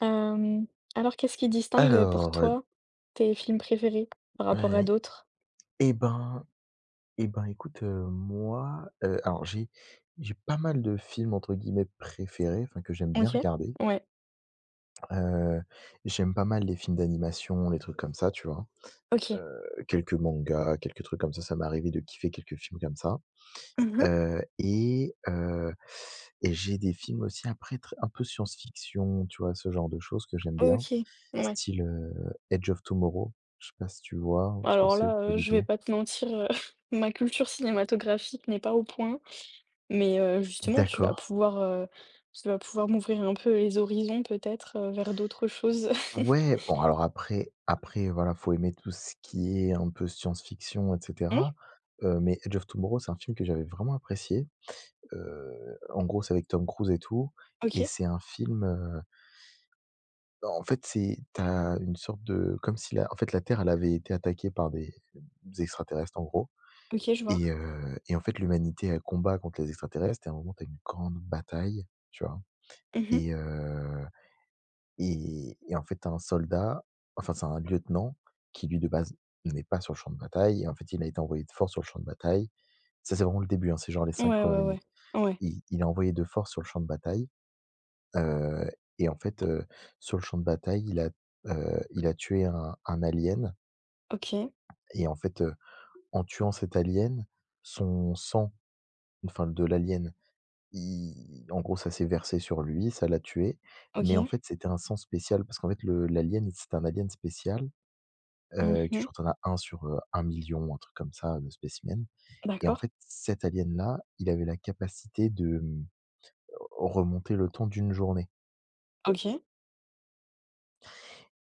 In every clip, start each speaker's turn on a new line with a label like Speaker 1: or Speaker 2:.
Speaker 1: Hem, alors, qu'est-ce qui distingue, pour
Speaker 2: Alors,
Speaker 1: toi, tes films préférés par rapport à
Speaker 2: ouais,
Speaker 1: d'autres?
Speaker 2: eh ben eh ben, écoute, moi, alors j'ai pas mal de films entre guillemets «préférés», enfin que j'aime bien
Speaker 1: OK.
Speaker 2: regarder.
Speaker 1: Ouais,
Speaker 2: Heu, J'aime pas mal les films d'animation, les trucs comme ça, tu vois?
Speaker 1: OK.
Speaker 2: Heu, Quelques mangas, quelques trucs comme ça m'est arrivé de kiffer quelques films comme ça.
Speaker 1: Mmh.
Speaker 2: Heu et heu et j'ai des films aussi après très un peu science-fiction, tu vois? Ce genre de choses que j'aime bien,
Speaker 1: OK, ouais.
Speaker 2: style, Edge of Tomorrow. Je sais pas si tu vois ou ce que
Speaker 1: Alors
Speaker 2: c'est ou
Speaker 1: là,
Speaker 2: pas du
Speaker 1: je vais
Speaker 2: tout?
Speaker 1: pas te mentir, ma culture cinématographique n'est pas au point, mais justement tu vas
Speaker 2: D'accord.
Speaker 1: pouvoir, heu, tu vas pouvoir m'ouvrir un peu les horizons peut-être, vers d'autres choses.
Speaker 2: Ouais, bon alors après voilà, faut aimer tout ce qui est un peu science-fiction et
Speaker 1: Oui,
Speaker 2: cetera. Mais Edge of Tomorrow, c'est un film que j'avais vraiment apprécié. En gros, c'est avec Tom Cruise et tout et
Speaker 1: OK,
Speaker 2: c'est un film, en fait, c'est t'as une sorte de comme si la en fait, la Terre, elle avait été attaquée par des extraterrestres, en gros.
Speaker 1: OK, je vois.
Speaker 2: Et en fait, l'humanité, elle combat contre les extraterrestres et à un moment, t'as une grande bataille, tu vois?
Speaker 1: Mmh.
Speaker 2: Et heu et en fait, tu un soldat, enfin, c'est un lieutenant qui lui, de base, n'est pas sur le champ de bataille et en fait, il a été envoyé de force sur le champ de bataille. Ça, c'est vraiment le début, hein, c'est genre les 5
Speaker 1: Ouais,
Speaker 2: premières
Speaker 1: ouais, ouais.
Speaker 2: minutes.
Speaker 1: Ouais.
Speaker 2: Il est envoyé de force sur le champ de bataille, heu et en fait, sur le champ de bataille, il a tué un alien.
Speaker 1: OK,
Speaker 2: Et en fait, en tuant cet alien, son sang, enfin de l'alien, i en gros, ça s'est versé sur lui, ça l'a tué, mais en
Speaker 1: OK.
Speaker 2: fait, c'était un sang spécial parce qu'en fait, le l'alien, c'est un alien spécial. Que je
Speaker 1: Mmh.
Speaker 2: crois tu en sur, 1 000 un truc comme ça, de spécimens. Et en
Speaker 1: D'accord.
Speaker 2: fait, cet alien-là, il avait la capacité de, remonter le temps d'une journée.
Speaker 1: OK.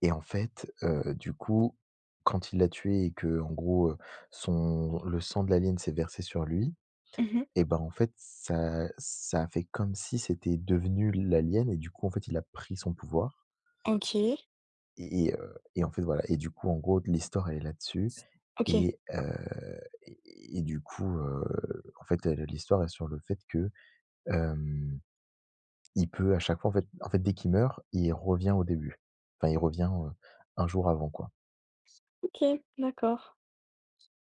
Speaker 2: Et en fait, du coup, quand il l'a tué et que en gros, son le sang de l'alien s'est versé sur lui.
Speaker 1: Mmh.
Speaker 2: Et ben, en fait, ça a fait comme si c'était devenu l'alien et du coup, en fait, il a pris son pouvoir.
Speaker 1: OK.
Speaker 2: Et en fait, voilà et du coup, en gros, l'histoire, elle est là-dessus.
Speaker 1: OK.
Speaker 2: Et heu et et du coup, en fait, l'histoire est sur le fait que, hem, il peut à chaque fois, en fait, dès qu'il meurt, il revient au début. Enfin, il revient, un jour avant, quoi.
Speaker 1: OK, d'accord.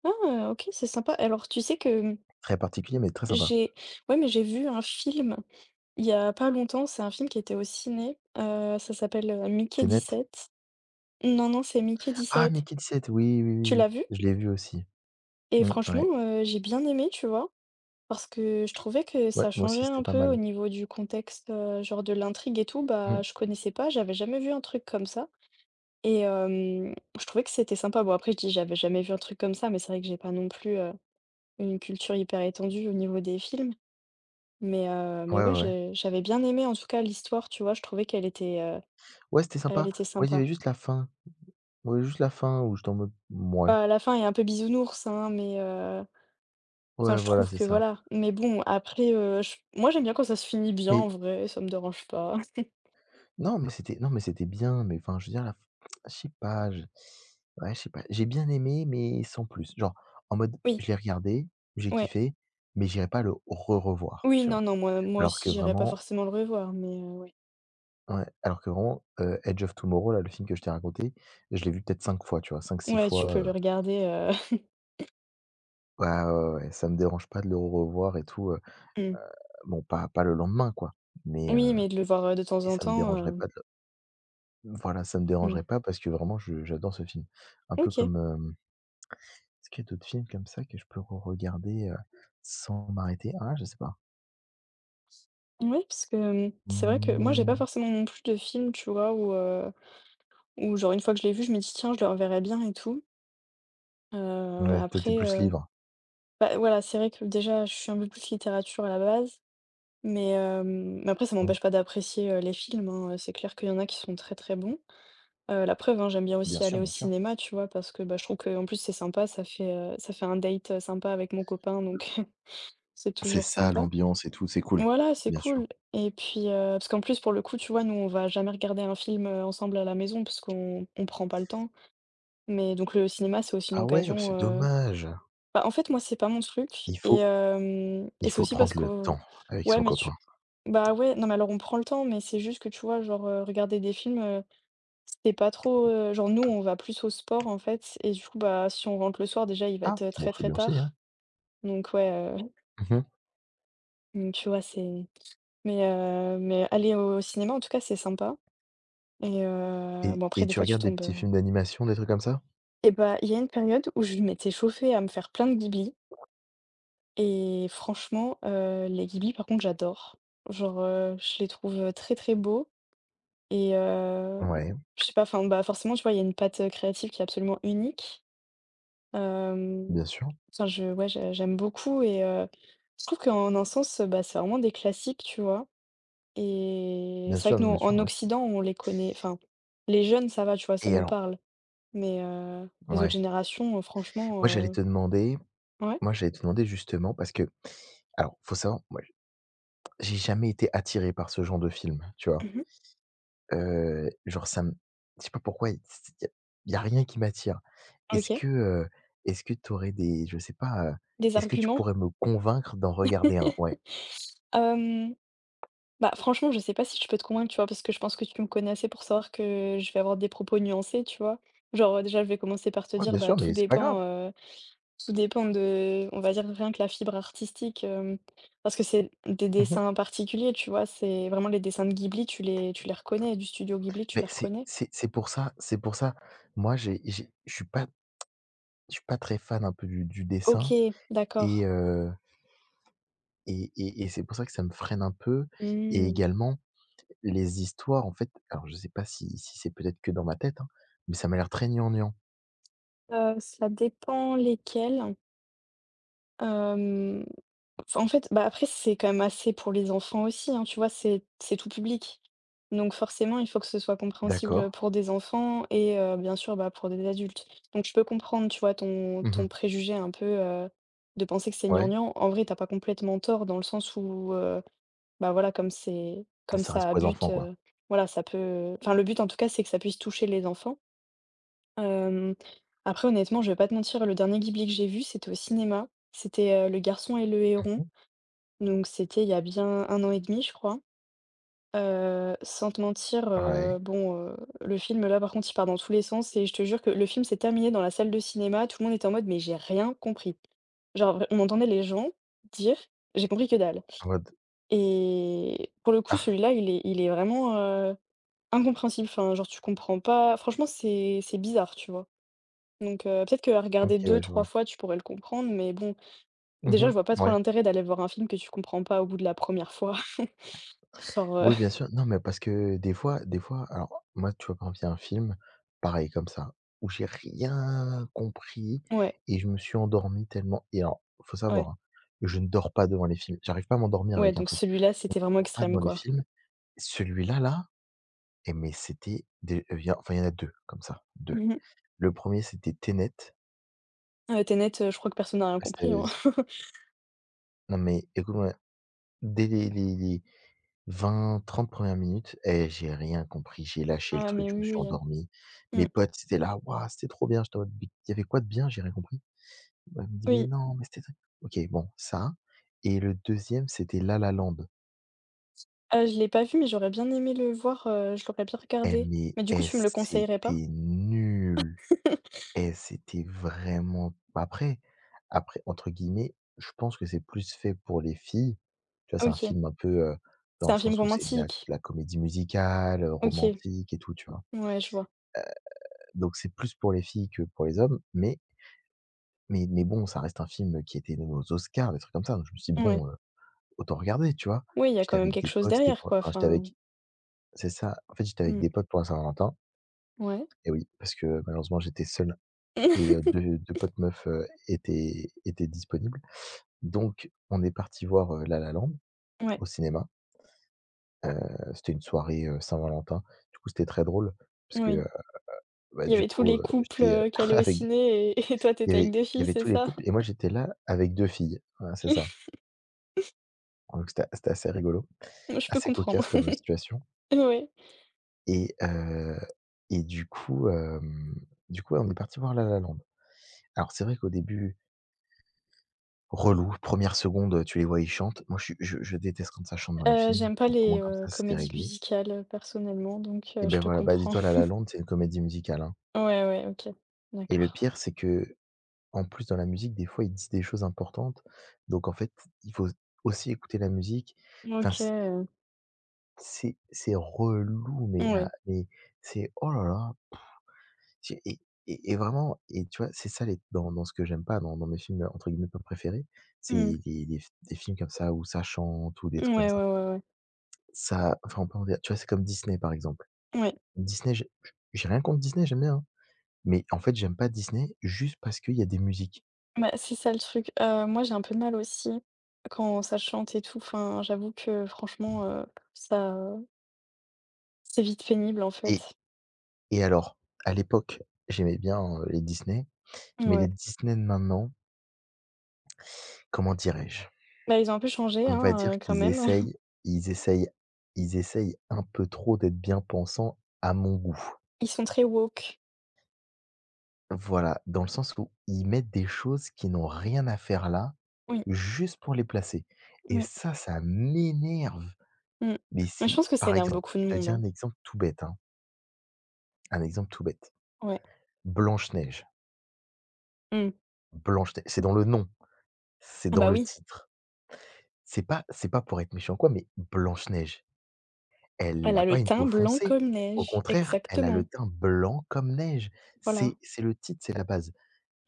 Speaker 1: Ah, OK, c'est sympa. Alors, tu sais que, mmh,
Speaker 2: Très particulier, mais très sympa.
Speaker 1: j'ai ouais, mais j'ai vu un film il y a pas longtemps, c'est un film qui était au ciné, ça s'appelle, Mickey
Speaker 2: C'est net.
Speaker 1: sept Non, non, c'est Mickey
Speaker 2: Ah,
Speaker 1: dix-sept.
Speaker 2: Mickey 17, oui, oui, oui,
Speaker 1: Tu
Speaker 2: oui,
Speaker 1: l'as vu?
Speaker 2: je l'ai vu aussi.
Speaker 1: Et
Speaker 2: Mmh,
Speaker 1: franchement,
Speaker 2: ouais.
Speaker 1: j'ai bien aimé, tu vois? Parce que je trouvais que
Speaker 2: Ouais,
Speaker 1: ça
Speaker 2: moi
Speaker 1: changeait
Speaker 2: aussi, c'était
Speaker 1: un
Speaker 2: pas
Speaker 1: peu au
Speaker 2: mal.
Speaker 1: niveau du contexte, genre de l'intrigue et tout,
Speaker 2: Mmh.
Speaker 1: bah, je connaissais pas, j'avais jamais vu un truc comme ça et je trouvais que c'était sympa. Bon après je dis: «J'avais jamais vu un truc comme ça», mais c'est vrai que j'ai pas non plus, une culture hyper étendue au niveau des films, mais
Speaker 2: Ouais,
Speaker 1: ouais,
Speaker 2: ouais, ouais.
Speaker 1: j'avais bien aimé en tout cas l'histoire, tu vois? Je trouvais qu'elle était,
Speaker 2: Ouais, c'était
Speaker 1: elle
Speaker 2: sympa.
Speaker 1: était
Speaker 2: Moi, il y
Speaker 1: sympa.
Speaker 2: avait juste la fin. Ouais, juste la fin où j'étais en mode: «Mouais».
Speaker 1: Bah, la fin est un peu bisounours, hein, mais enfin
Speaker 2: Ouais,
Speaker 1: je
Speaker 2: voilà,
Speaker 1: trouve
Speaker 2: c'est
Speaker 1: que
Speaker 2: ça.
Speaker 1: voilà, mais bon après, je moi j'aime bien quand ça se finit bien en
Speaker 2: Mais
Speaker 1: vrai, ça me dérange pas.
Speaker 2: Non, mais c'était bien, mais enfin, je veux dire, la f je sais pas. Je Ouais, je sais pas. J'ai bien aimé, mais sans plus. Genre, en mode,
Speaker 1: Oui,
Speaker 2: je l'ai regardé, j'ai
Speaker 1: ouais.
Speaker 2: kiffé, mais j'irai pas le re-revoir,
Speaker 1: Oui,
Speaker 2: tu
Speaker 1: non,
Speaker 2: vois?
Speaker 1: non, moi
Speaker 2: Alors
Speaker 1: aussi
Speaker 2: que
Speaker 1: j'irai pas
Speaker 2: vraiment
Speaker 1: forcément le revoir, mais ouais.
Speaker 2: ouais, alors que vraiment, Edge of Tomorrow, là, le film que je t'ai raconté, je l'ai vu peut-être 5 fois, tu vois? Cinq six
Speaker 1: Ouais, tu
Speaker 2: fois,
Speaker 1: peux le regarder,
Speaker 2: ouais, ouais, ouais, ça me dérange pas de le re-revoir et tout,
Speaker 1: mmh.
Speaker 2: bon, pas le lendemain, quoi, mais,
Speaker 1: Oui, mais de le voir, de temps
Speaker 2: et
Speaker 1: en
Speaker 2: ça me
Speaker 1: temps,
Speaker 2: dérangerait pas de le voilà, ça me
Speaker 1: mmh.
Speaker 2: dérangerait pas parce que vraiment je j'adore ce film. Un peu
Speaker 1: OK.
Speaker 2: comme, hem Est-ce qu'il y a d'autres films comme ça que je peux regarder sans m'arrêter? Ah, je sais pas.
Speaker 1: Oui, parce que, c'est vrai que moi j'ai pas
Speaker 2: Mmh,
Speaker 1: forcément non plus de film, tu vois? Où genre une fois que je l'ai vu, je me dis: «Tiens, je le reverrai bien et tout».
Speaker 2: ouais, toi, tu
Speaker 1: Après,
Speaker 2: plus libre.
Speaker 1: bah, voilà, c'est vrai que déjà je suis un peu plus littérature à la base, mais après ça
Speaker 2: Mmh.
Speaker 1: m'empêche pas d'apprécier, les films, hein. C'est clair qu'il y en a qui sont très, très bons. La preuve, hein, j'aime bien
Speaker 2: Bien
Speaker 1: aussi aller
Speaker 2: sûr,
Speaker 1: au
Speaker 2: bien sûr.
Speaker 1: cinéma, tu vois? Parce que, bah, je trouve qu'en plus c'est sympa, ça fait un date, sympa avec mon copain donc c'est
Speaker 2: C'est
Speaker 1: toujours
Speaker 2: ça
Speaker 1: sympa.
Speaker 2: l'ambiance et tout, c'est cool.
Speaker 1: Voilà, c'est
Speaker 2: Bien sûr.
Speaker 1: cool et puis, parce qu'en plus pour le coup, tu vois, nous on va jamais regarder un film, ensemble à la maison parce qu'on prend pas le temps, mais donc le cinéma, c'est aussi une
Speaker 2: Ah ouais,
Speaker 1: occasion,
Speaker 2: c'est dommage.
Speaker 1: bah, en fait, moi, c'est pas mon truc
Speaker 2: Il
Speaker 1: et
Speaker 2: faut
Speaker 1: hem
Speaker 2: il
Speaker 1: et c'est
Speaker 2: faut
Speaker 1: aussi parce
Speaker 2: prendre le
Speaker 1: que
Speaker 2: temps avec
Speaker 1: ouais,
Speaker 2: son
Speaker 1: mais tu
Speaker 2: copain.
Speaker 1: bah, ouais, non, mais alors on prend le temps, mais c'est juste que, tu vois, genre, regarder des films, c'est pas trop, genre nous, on va plus au sport, en fait. Et du coup, bah, si on rentre le soir, déjà, il va
Speaker 2: Ah!
Speaker 1: être,
Speaker 2: Bon,
Speaker 1: très,
Speaker 2: c'est
Speaker 1: très
Speaker 2: bien aussi, hein.
Speaker 1: tard. Donc ouais,
Speaker 2: Mmh.
Speaker 1: donc tu vois, c'est mais aller au cinéma, en tout cas, c'est sympa.
Speaker 2: Et
Speaker 1: Bon après
Speaker 2: et
Speaker 1: des
Speaker 2: tu
Speaker 1: fois tu
Speaker 2: regardes des petits
Speaker 1: tombes,
Speaker 2: films d'animation, des trucs comme ça?
Speaker 1: et bah, il y a une période où je m'étais chauffée à me faire plein de guibi et franchement, les guibis par contre j'adore. Genre, je les trouve, très, très beaux et
Speaker 2: Ouais,
Speaker 1: je sais pas, enfin, bah, forcément tu vois, il y a une patte, créative qui est absolument unique. Hem,
Speaker 2: bien sûr.
Speaker 1: enfin, je ouais je j'aime beaucoup et je trouve qu'en un sens, bah, c'est vraiment des classiques, tu vois? Et
Speaker 2: Bien
Speaker 1: c'est vrai
Speaker 2: sûr,
Speaker 1: que nous
Speaker 2: bien sûr,
Speaker 1: en
Speaker 2: ouais.
Speaker 1: Occident on les connaît, enfin, les jeunes ça va, tu vois, ça
Speaker 2: Et
Speaker 1: nous
Speaker 2: alors
Speaker 1: parle. Mais les autres
Speaker 2: ouais.
Speaker 1: générations,
Speaker 2: Moi,
Speaker 1: franchement,
Speaker 2: j'allais te demander
Speaker 1: ouais?
Speaker 2: moi, j'allais te demander justement parce que alors, faut savoir, moi, j'ai jamais été attiré par ce genre de film, tu vois?
Speaker 1: Mmh.
Speaker 2: Genre ça me je sais pas pourquoi, il y a y a rien qui m'attire. Est-ce
Speaker 1: OK.
Speaker 2: que, heu, est-ce que tu aurais des je sais pas,
Speaker 1: Des
Speaker 2: est-ce que tu
Speaker 1: arguments?
Speaker 2: pourrais me convaincre d'en regarder un? Ouais.
Speaker 1: Hem, Bah, franchement, je sais pas si je peux te convaincre, tu vois? Parce que je pense que tu me connais assez pour savoir que je vais avoir des propos nuancés, tu vois? Genre, déjà, je vais commencer par te
Speaker 2: Ouais,
Speaker 1: dire,
Speaker 2: bien
Speaker 1: bah,
Speaker 2: sûr,
Speaker 1: tout
Speaker 2: mais c'est pas grave.
Speaker 1: dépend, heu, tout dépend de, on va dire, rien que la fibre artistique, parce que c'est des
Speaker 2: Mmh mh.
Speaker 1: dessins particuliers, tu vois? C'est vraiment les dessins de Ghibli, tu les reconnais, du studio Ghibli, tu les
Speaker 2: c'est
Speaker 1: reconnais?
Speaker 2: c'est c'est pour ça c'est pour ça. Moi, j'ai je suis pas très fan un peu du dessin.
Speaker 1: OK,
Speaker 2: et
Speaker 1: d'accord.
Speaker 2: heu et et et c'est pour ça que ça me freine un peu et
Speaker 1: Mmh.
Speaker 2: également les histoires. En fait, alors je sais pas si c'est peut-être que dans ma tête, hein, mais ça m'a l'air très gnangnan.
Speaker 1: Cela dépend lesquels. Hem, enfin, en fait, bah, après c'est quand même assez pour les enfants aussi, hein, tu vois? C'est tout public. Donc forcément, il faut que ce soit
Speaker 2: D'accord.
Speaker 1: compréhensible, pour des enfants et bien sûr, bah, pour des adultes. Donc je peux comprendre, tu vois, ton
Speaker 2: Mmh.
Speaker 1: ton préjugé un peu, de penser que c'est
Speaker 2: Ouais,
Speaker 1: gnangnan. En vrai, t'as pas complètement tort dans le sens où, bah, voilà, comme c'est comme
Speaker 2: ça reste
Speaker 1: ça a
Speaker 2: pour les
Speaker 1: but,
Speaker 2: enfants, quoi.
Speaker 1: voilà, ça peut enfin le but en tout cas, c'est que ça puisse toucher les enfants. Hem, Après honnêtement, je vais pas te mentir, le dernier Ghibli que j'ai vu, c'était au cinéma. C'était, Le Garçon et le Héron,
Speaker 2: Mmh.
Speaker 1: donc c'était il y a bien un an et demi, je crois. Sans te mentir,
Speaker 2: Ouais,
Speaker 1: le film là, par contre, il part dans tous les sens et je te jure que le film s'est terminé dans la salle de cinéma, tout le monde était en mode: «Mais j'ai rien compris». Genre, vr on entendait les gens dire: «J'ai compris que dalle»
Speaker 2: en mode
Speaker 1: et pour le coup,
Speaker 2: ah,
Speaker 1: celui-là, il est vraiment, incompréhensible. Enfin, genre tu comprends pas franchement, c'est bizarre, tu vois? Donc peut-être qu'à
Speaker 2: OK,
Speaker 1: regarder deux
Speaker 2: ouais, je
Speaker 1: trois
Speaker 2: vois.
Speaker 1: fois, tu pourrais le comprendre, mais bon, déjà,
Speaker 2: Mmh,
Speaker 1: je vois pas trop
Speaker 2: ouais.
Speaker 1: l'intérêt d'aller voir un film que tu comprends pas au bout de la première fois. Genre,
Speaker 2: Oui, bien sûr. Non, mais parce que des fois alors moi, tu vois, quand exemple, il y a un film, pareil comme ça, où j'ai rien compris
Speaker 1: ouais,
Speaker 2: et je me suis endormi tellement. Et alors, faut
Speaker 1: ouais,
Speaker 2: savoir, hein, je ne dors pas devant les films. J'arrive pas à m'endormir
Speaker 1: ouais,
Speaker 2: avec un
Speaker 1: donc
Speaker 2: truc.
Speaker 1: celui-là, c'était vraiment
Speaker 2: Je dors pas
Speaker 1: extrême,
Speaker 2: devant les
Speaker 1: quoi.
Speaker 2: films. Celui-là, là. Et mais c'était des il y a enfin, il y en a 2 comme ça, deux.
Speaker 1: Mmh mh.
Speaker 2: Le premier, c'était Tenet.
Speaker 1: Tenet, je crois que personne n'a rien
Speaker 2: Ouais, c'était
Speaker 1: compris, hein.
Speaker 2: z non mais écoute-moi, dès les 20-30 1 minutes, eh, j'ai rien compris, j'ai lâché le
Speaker 1: Ah
Speaker 2: truc,
Speaker 1: mais
Speaker 2: je me
Speaker 1: oui,
Speaker 2: suis
Speaker 1: oui, hein.
Speaker 2: endormi.
Speaker 1: Mmh.
Speaker 2: Mes potes, ils étaient là: «Waouh, c'était trop bien!» J'étais en mode: «Mais il y avait quoi de bien? J'ai rien compris». Bah, ils me disent: «Mais
Speaker 1: Oui.
Speaker 2: non, mais c'était très». OK, bon, ça. Et le deuxième, c'était La La Land.
Speaker 1: Ah, je l'ai pas vu, mais j'aurais bien aimé le voir, je l'aurais bien
Speaker 2: Eh
Speaker 1: regardé.
Speaker 2: mais,
Speaker 1: Mais du coup,
Speaker 2: eh,
Speaker 1: tu me le conseillerais pas?
Speaker 2: c'était nul! Et c'était vraiment. Après, entre guillemets, je pense que c'est plus fait pour les filles. Tu vois, c'est un
Speaker 1: OK,
Speaker 2: film un peu, dans
Speaker 1: c'est
Speaker 2: le
Speaker 1: un film
Speaker 2: sens où c'est de la de
Speaker 1: romantique.
Speaker 2: la comédie musicale,
Speaker 1: OK,
Speaker 2: romantique et tout, tu vois?
Speaker 1: ouais, je vois.
Speaker 2: Donc c'est plus pour les filles que pour les hommes, mais bon, ça reste un film qui était nommé aux Oscars, des trucs comme ça, donc je me suis dit:
Speaker 1: Ouais.
Speaker 2: «Bon, autant regarder», tu vois?
Speaker 1: Oui, il y a
Speaker 2: J'étais
Speaker 1: quand même
Speaker 2: avec
Speaker 1: quelque
Speaker 2: des
Speaker 1: chose
Speaker 2: potes, c'était
Speaker 1: derrière,
Speaker 2: pour
Speaker 1: quoi,
Speaker 2: enfin, j'étais
Speaker 1: enfin,
Speaker 2: avec c'est ça, en fait, j'étais avec
Speaker 1: mmh,
Speaker 2: des potes pour la Saint-Valentin.
Speaker 1: ouais.
Speaker 2: Et oui, parce que malheureusement, j'étais seul et 2- 2 potes meufs, étaient disponibles. Donc on est parti voir, La La Land
Speaker 1: Ouais,
Speaker 2: au cinéma. Heu, C'était une soirée, Saint-Valentin. Du coup, c'était très drôle parce que,
Speaker 1: oui.
Speaker 2: bah,
Speaker 1: Il y
Speaker 2: du
Speaker 1: avait tous
Speaker 2: coup,
Speaker 1: les couples,
Speaker 2: j'étais, heu,
Speaker 1: qui allaient au
Speaker 2: avec
Speaker 1: ciné et et toi tu
Speaker 2: il y
Speaker 1: étais avec
Speaker 2: avait
Speaker 1: des
Speaker 2: il y
Speaker 1: filles,
Speaker 2: avait
Speaker 1: c'est
Speaker 2: tous les
Speaker 1: ça?
Speaker 2: couples et moi j'étais là avec 2 filles. Voilà, c'est ça. Donc c'était assez rigolo,
Speaker 1: Je peux
Speaker 2: assez
Speaker 1: comprendre.
Speaker 2: cocasse comme situation.
Speaker 1: Ouais.
Speaker 2: Et heu et du coup, hem, du coup, ouais, on est parti voir La La Land. Alors c'est vrai qu'au début, relou, première seconde, tu les vois, ils chantent. Moi je suis je déteste quand ça chante dans les films,
Speaker 1: J'aime pas
Speaker 2: donc au
Speaker 1: les,
Speaker 2: moins comme ça, c'était
Speaker 1: comédies
Speaker 2: réglé.
Speaker 1: musicales, personnellement, donc
Speaker 2: Et
Speaker 1: je
Speaker 2: ben
Speaker 1: te
Speaker 2: voilà, bah,
Speaker 1: comprends.
Speaker 2: dis-toi La La Land, c'est une comédie musicale, hein.
Speaker 1: Ouais, ouais, OK.
Speaker 2: Et le
Speaker 1: D'accord.
Speaker 2: pire, c'est que en plus, dans la musique, des fois, ils disent des choses importantes, donc en fait, il faut aussi écouter la musique. Enfin,
Speaker 1: OK,
Speaker 2: c c'est c'est relou, mais à
Speaker 1: ouais.
Speaker 2: mais c'est oh là là! C'est et vraiment. Et tu vois, c'est ça les dans ce que j'aime pas dans mes films, entre guillemets, «pas préférés», c'est
Speaker 1: Mmh.
Speaker 2: les des films comme ça où ça chante ou des trucs comme
Speaker 1: Ouais, ouais,
Speaker 2: ça.
Speaker 1: ouais, ouais.
Speaker 2: Ça enfin, on peut en dire tu vois, c'est comme Disney, par exemple.
Speaker 1: Ouais.
Speaker 2: Disney, j'ai rien contre Disney, j'aime bien, hein. Mais en fait, j'aime pas Disney juste parce qu'il y a des musiques.
Speaker 1: Bah, c'est ça le truc. Moi j'ai un peu de mal aussi quand ça chante et tout, enfin, j'avoue que franchement, ça, heu, c'est vite pénible, en
Speaker 2: et
Speaker 1: fait.
Speaker 2: et alors, à l'époque, j'aimais bien, les Disney, mais les
Speaker 1: Ouais.
Speaker 2: Disney de maintenant, comment dirais-je?
Speaker 1: Bah, ils ont un peu changé,
Speaker 2: On va
Speaker 1: hein,
Speaker 2: dire
Speaker 1: quand
Speaker 2: qu'ils
Speaker 1: même.
Speaker 2: ils essayent essayent un peu trop d'être bien pensants à mon goût.
Speaker 1: Ils sont très woke.
Speaker 2: Voilà, dans le sens où ils mettent des choses qui n'ont rien à faire là,
Speaker 1: Oui,
Speaker 2: juste pour les placer et
Speaker 1: oui.
Speaker 2: ça m'énerve.
Speaker 1: Mmh.
Speaker 2: Mais
Speaker 1: Mais je
Speaker 2: si,
Speaker 1: pense que ça
Speaker 2: par
Speaker 1: énerve
Speaker 2: exemple,
Speaker 1: beaucoup de
Speaker 2: je te
Speaker 1: monde,
Speaker 2: dis
Speaker 1: hein.
Speaker 2: un exemple tout bête, hein, un exemple tout bête.
Speaker 1: Ouais.
Speaker 2: Blanche Neige.
Speaker 1: Mmh.
Speaker 2: Blanche-Neiges, c'est dans le nom, c'est
Speaker 1: Ah
Speaker 2: dans
Speaker 1: bah
Speaker 2: le
Speaker 1: oui,
Speaker 2: titre. C'est pas pour être méchant ou quoi, mais Blanche-Neige, elle
Speaker 1: elle
Speaker 2: a
Speaker 1: a
Speaker 2: pas
Speaker 1: le
Speaker 2: une
Speaker 1: teint
Speaker 2: peau
Speaker 1: blanc
Speaker 2: foncée.
Speaker 1: comme
Speaker 2: Au
Speaker 1: neige,
Speaker 2: contraire, elle a
Speaker 1: exactement.
Speaker 2: le teint blanc comme neige.
Speaker 1: Voilà.
Speaker 2: C'est le titre, c'est la base.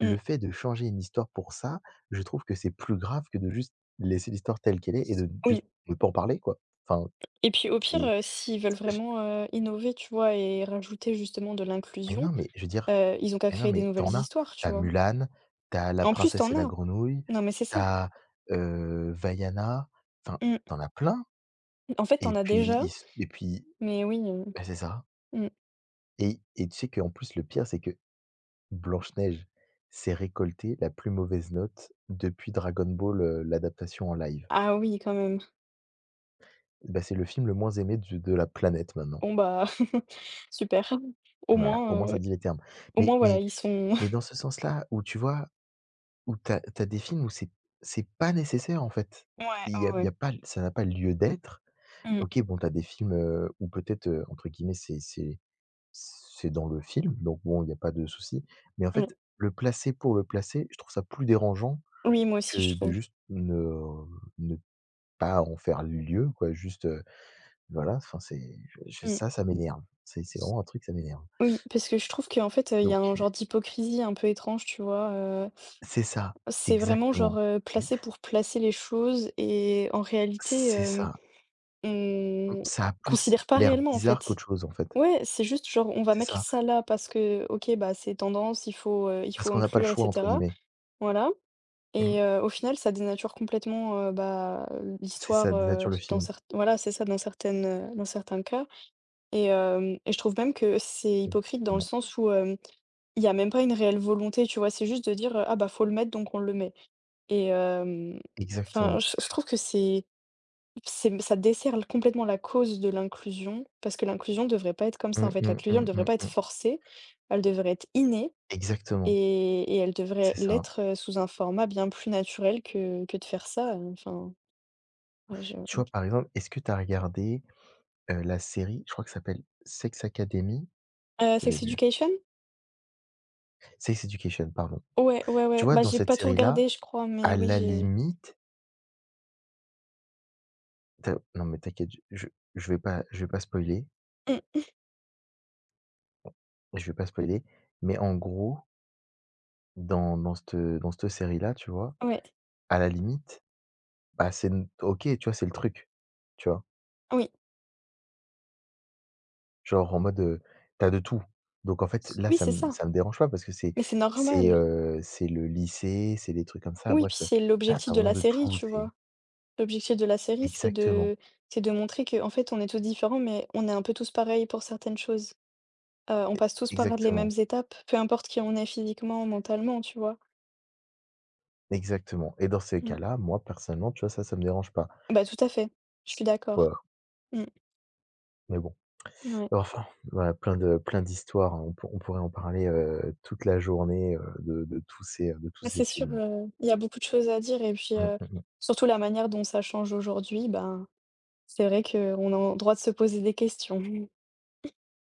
Speaker 1: Mmh.
Speaker 2: fait de changer une histoire pour ça, je trouve que c'est plus grave que de juste laisser l'histoire telle qu'elle est et de
Speaker 1: Oui.
Speaker 2: juste ne pas en parler, quoi. Enfin,
Speaker 1: Et puis au pire,
Speaker 2: c'est
Speaker 1: s'ils veulent
Speaker 2: je
Speaker 1: vraiment, innover, tu vois? Et rajouter justement de
Speaker 2: mais
Speaker 1: l'inclusion,
Speaker 2: non, mais je veux dire,
Speaker 1: ils ont qu'à
Speaker 2: mais non,
Speaker 1: créer des
Speaker 2: mais tu
Speaker 1: nouvelles
Speaker 2: en as.
Speaker 1: histoires,
Speaker 2: Tu
Speaker 1: tu
Speaker 2: as
Speaker 1: vois?
Speaker 2: Mulan, tu as La
Speaker 1: En plus,
Speaker 2: princesse
Speaker 1: t'en
Speaker 2: et la
Speaker 1: as.
Speaker 2: grenouille,
Speaker 1: Non, mais c'est
Speaker 2: tu
Speaker 1: ça.
Speaker 2: as, Vaiana, enfin,
Speaker 1: Mmh.
Speaker 2: tu en as plein.
Speaker 1: En fait,
Speaker 2: Et
Speaker 1: t'en as
Speaker 2: puis
Speaker 1: déjà,
Speaker 2: il s et puis
Speaker 1: mais oui,
Speaker 2: bah, c'est ça.
Speaker 1: mmh.
Speaker 2: Et tu sais qu'en plus le pire, c'est que Blanche-Neige s'est récoltée la plus mauvaise note depuis Dragon Ball, l'adaptation en live.
Speaker 1: Ah oui, quand même.
Speaker 2: Bah, c'est le film le moins aimé du de la planète maintenant.
Speaker 1: Bon bah, super. Au
Speaker 2: Voilà, au moins
Speaker 1: moins, heu,
Speaker 2: ça dit les termes.
Speaker 1: au
Speaker 2: Mais
Speaker 1: moins voilà,
Speaker 2: mais
Speaker 1: ils sont
Speaker 2: mais dans ce sens-là où tu vois, où tu as des films où c'est pas nécessaire en fait.
Speaker 1: ouais,
Speaker 2: Il y
Speaker 1: ouais,
Speaker 2: a il y
Speaker 1: ouais.
Speaker 2: a pas, ça n'a pas lieu d'être.
Speaker 1: Mmh.
Speaker 2: OK, bon, tu as des films, où peut-être, entre guillemets, c'est c'est dans le film, donc bon, il y a pas de souci. Mais en
Speaker 1: Mmh.
Speaker 2: fait, le placer pour le placer, je trouve ça plus dérangeant
Speaker 1: Oui, moi aussi, je
Speaker 2: que de
Speaker 1: trouve.
Speaker 2: juste ne pas en faire lieu quoi, juste, voilà, enfin c'est je
Speaker 1: Mmh.
Speaker 2: ça, ça m'énerve. C'est vraiment un truc, ça m'énerve.
Speaker 1: Oui, parce que je trouve qu'en fait, il y
Speaker 2: Donc
Speaker 1: a un genre d'hypocrisie un peu étrange, tu vois?
Speaker 2: c'est ça,
Speaker 1: C'est vraiment genre,
Speaker 2: exactement. Ex
Speaker 1: placer pour placer les choses et en réalité,
Speaker 2: C'est ça. Mmh,
Speaker 1: on
Speaker 2: ça a plus
Speaker 1: considère pas
Speaker 2: l'air
Speaker 1: réellement, en
Speaker 2: bizarre
Speaker 1: fait.
Speaker 2: qu'autre chose, en fait.
Speaker 1: Ouais, c'est juste genre on va
Speaker 2: C'est
Speaker 1: mettre
Speaker 2: ça.
Speaker 1: ça là parce que OK, bah, c'est tendance, il faut, heu, il
Speaker 2: Parce
Speaker 1: faut
Speaker 2: qu'on n'a pas «le
Speaker 1: inclure et
Speaker 2: choix» entre
Speaker 1: cetera,
Speaker 2: guillemets.
Speaker 1: voilà. Et
Speaker 2: Mmh.
Speaker 1: au final ça dénature complètement, bah,
Speaker 2: C'est
Speaker 1: l'histoire,
Speaker 2: ça dénature le
Speaker 1: dans
Speaker 2: film.
Speaker 1: cert voilà, c'est ça, dans certains cas et je trouve même que c'est hypocrite dans le
Speaker 2: Exactement.
Speaker 1: sens où, il y a même pas une réelle volonté, tu vois? C'est juste de dire, «Ah bah, faut le mettre donc on le met» et hem, enfin,
Speaker 2: Exactement.
Speaker 1: je trouve que c'est ça dessert l complètement la cause de l'inclusion parce que l'inclusion devrait pas être comme ça, en
Speaker 2: Mmh,
Speaker 1: fait.
Speaker 2: mmh,
Speaker 1: L'inclusion, elle
Speaker 2: mmh,
Speaker 1: devrait
Speaker 2: mmh,
Speaker 1: pas être
Speaker 2: mmh.
Speaker 1: forcée, elle devrait être innée
Speaker 2: Exactement,
Speaker 1: et elle devrait
Speaker 2: c'est ça.
Speaker 1: l'être, sous un format bien plus naturel que de faire ça, enfin, ouais, je
Speaker 2: Tu vois, par exemple, est-ce que tu as regardé, la série, je crois que ça s'appelle Sex Academy? J'ai
Speaker 1: Sex
Speaker 2: vu.
Speaker 1: Education?
Speaker 2: Sex Education, pardon.
Speaker 1: Ouais, ouais,
Speaker 2: Tu
Speaker 1: ouais,
Speaker 2: vois,
Speaker 1: bah,
Speaker 2: dans
Speaker 1: j'ai
Speaker 2: cette
Speaker 1: pas tout
Speaker 2: série-là,
Speaker 1: regardé, je crois, mais
Speaker 2: à
Speaker 1: oui,
Speaker 2: la
Speaker 1: j'ai
Speaker 2: limite, tu non, mais t'inquiète, je vais pas spoiler,
Speaker 1: mmh,
Speaker 2: je vais pas spoiler, mais en gros, dans cette série-là, tu vois,
Speaker 1: ouais,
Speaker 2: à la limite, bah, c'est n OK, tu vois, c'est le truc, tu vois?
Speaker 1: oui.
Speaker 2: Genre en mode, tu de tout. Donc en fait, là,
Speaker 1: Oui,
Speaker 2: ça
Speaker 1: c'est
Speaker 2: me
Speaker 1: ça,
Speaker 2: ça me dérange pas parce que
Speaker 1: mais c'est normal.
Speaker 2: c'est le lycée, c'est des trucs comme ça.
Speaker 1: Oui,
Speaker 2: Bref,
Speaker 1: puis c'est
Speaker 2: t'as
Speaker 1: l'objectif
Speaker 2: as
Speaker 1: de
Speaker 2: vraiment
Speaker 1: la
Speaker 2: de
Speaker 1: série,
Speaker 2: tout,
Speaker 1: tu vois?
Speaker 2: c'est
Speaker 1: L'objectif de la série, c'est
Speaker 2: exactement,
Speaker 1: de c'est de montrer que en fait, on est tous différents, mais on est un peu tous pareils pour certaines choses. On passe tous par les mêmes
Speaker 2: exactement,
Speaker 1: étapes, peu importe qui on est physiquement, mentalement, tu vois?
Speaker 2: exactement. Et dans ces
Speaker 1: Mmh.
Speaker 2: cas-là, moi, personnellement, tu vois, ça me dérange pas.
Speaker 1: Bah, tout à fait, je suis d'accord.
Speaker 2: Voilà,
Speaker 1: Mmh,
Speaker 2: mais bon.
Speaker 1: ouais.
Speaker 2: Enfin, voilà, plein d'histoires, hein. On pourrait en parler, toute la journée, de de tous ces, de tous
Speaker 1: Bah,
Speaker 2: ces
Speaker 1: c'est sûr,
Speaker 2: films.
Speaker 1: il y a beaucoup de choses à dire et puis,
Speaker 2: Mmh mh mh.
Speaker 1: surtout la manière dont ça change aujourd'hui, ben, c'est vrai qu'on a en droit de se poser des questions.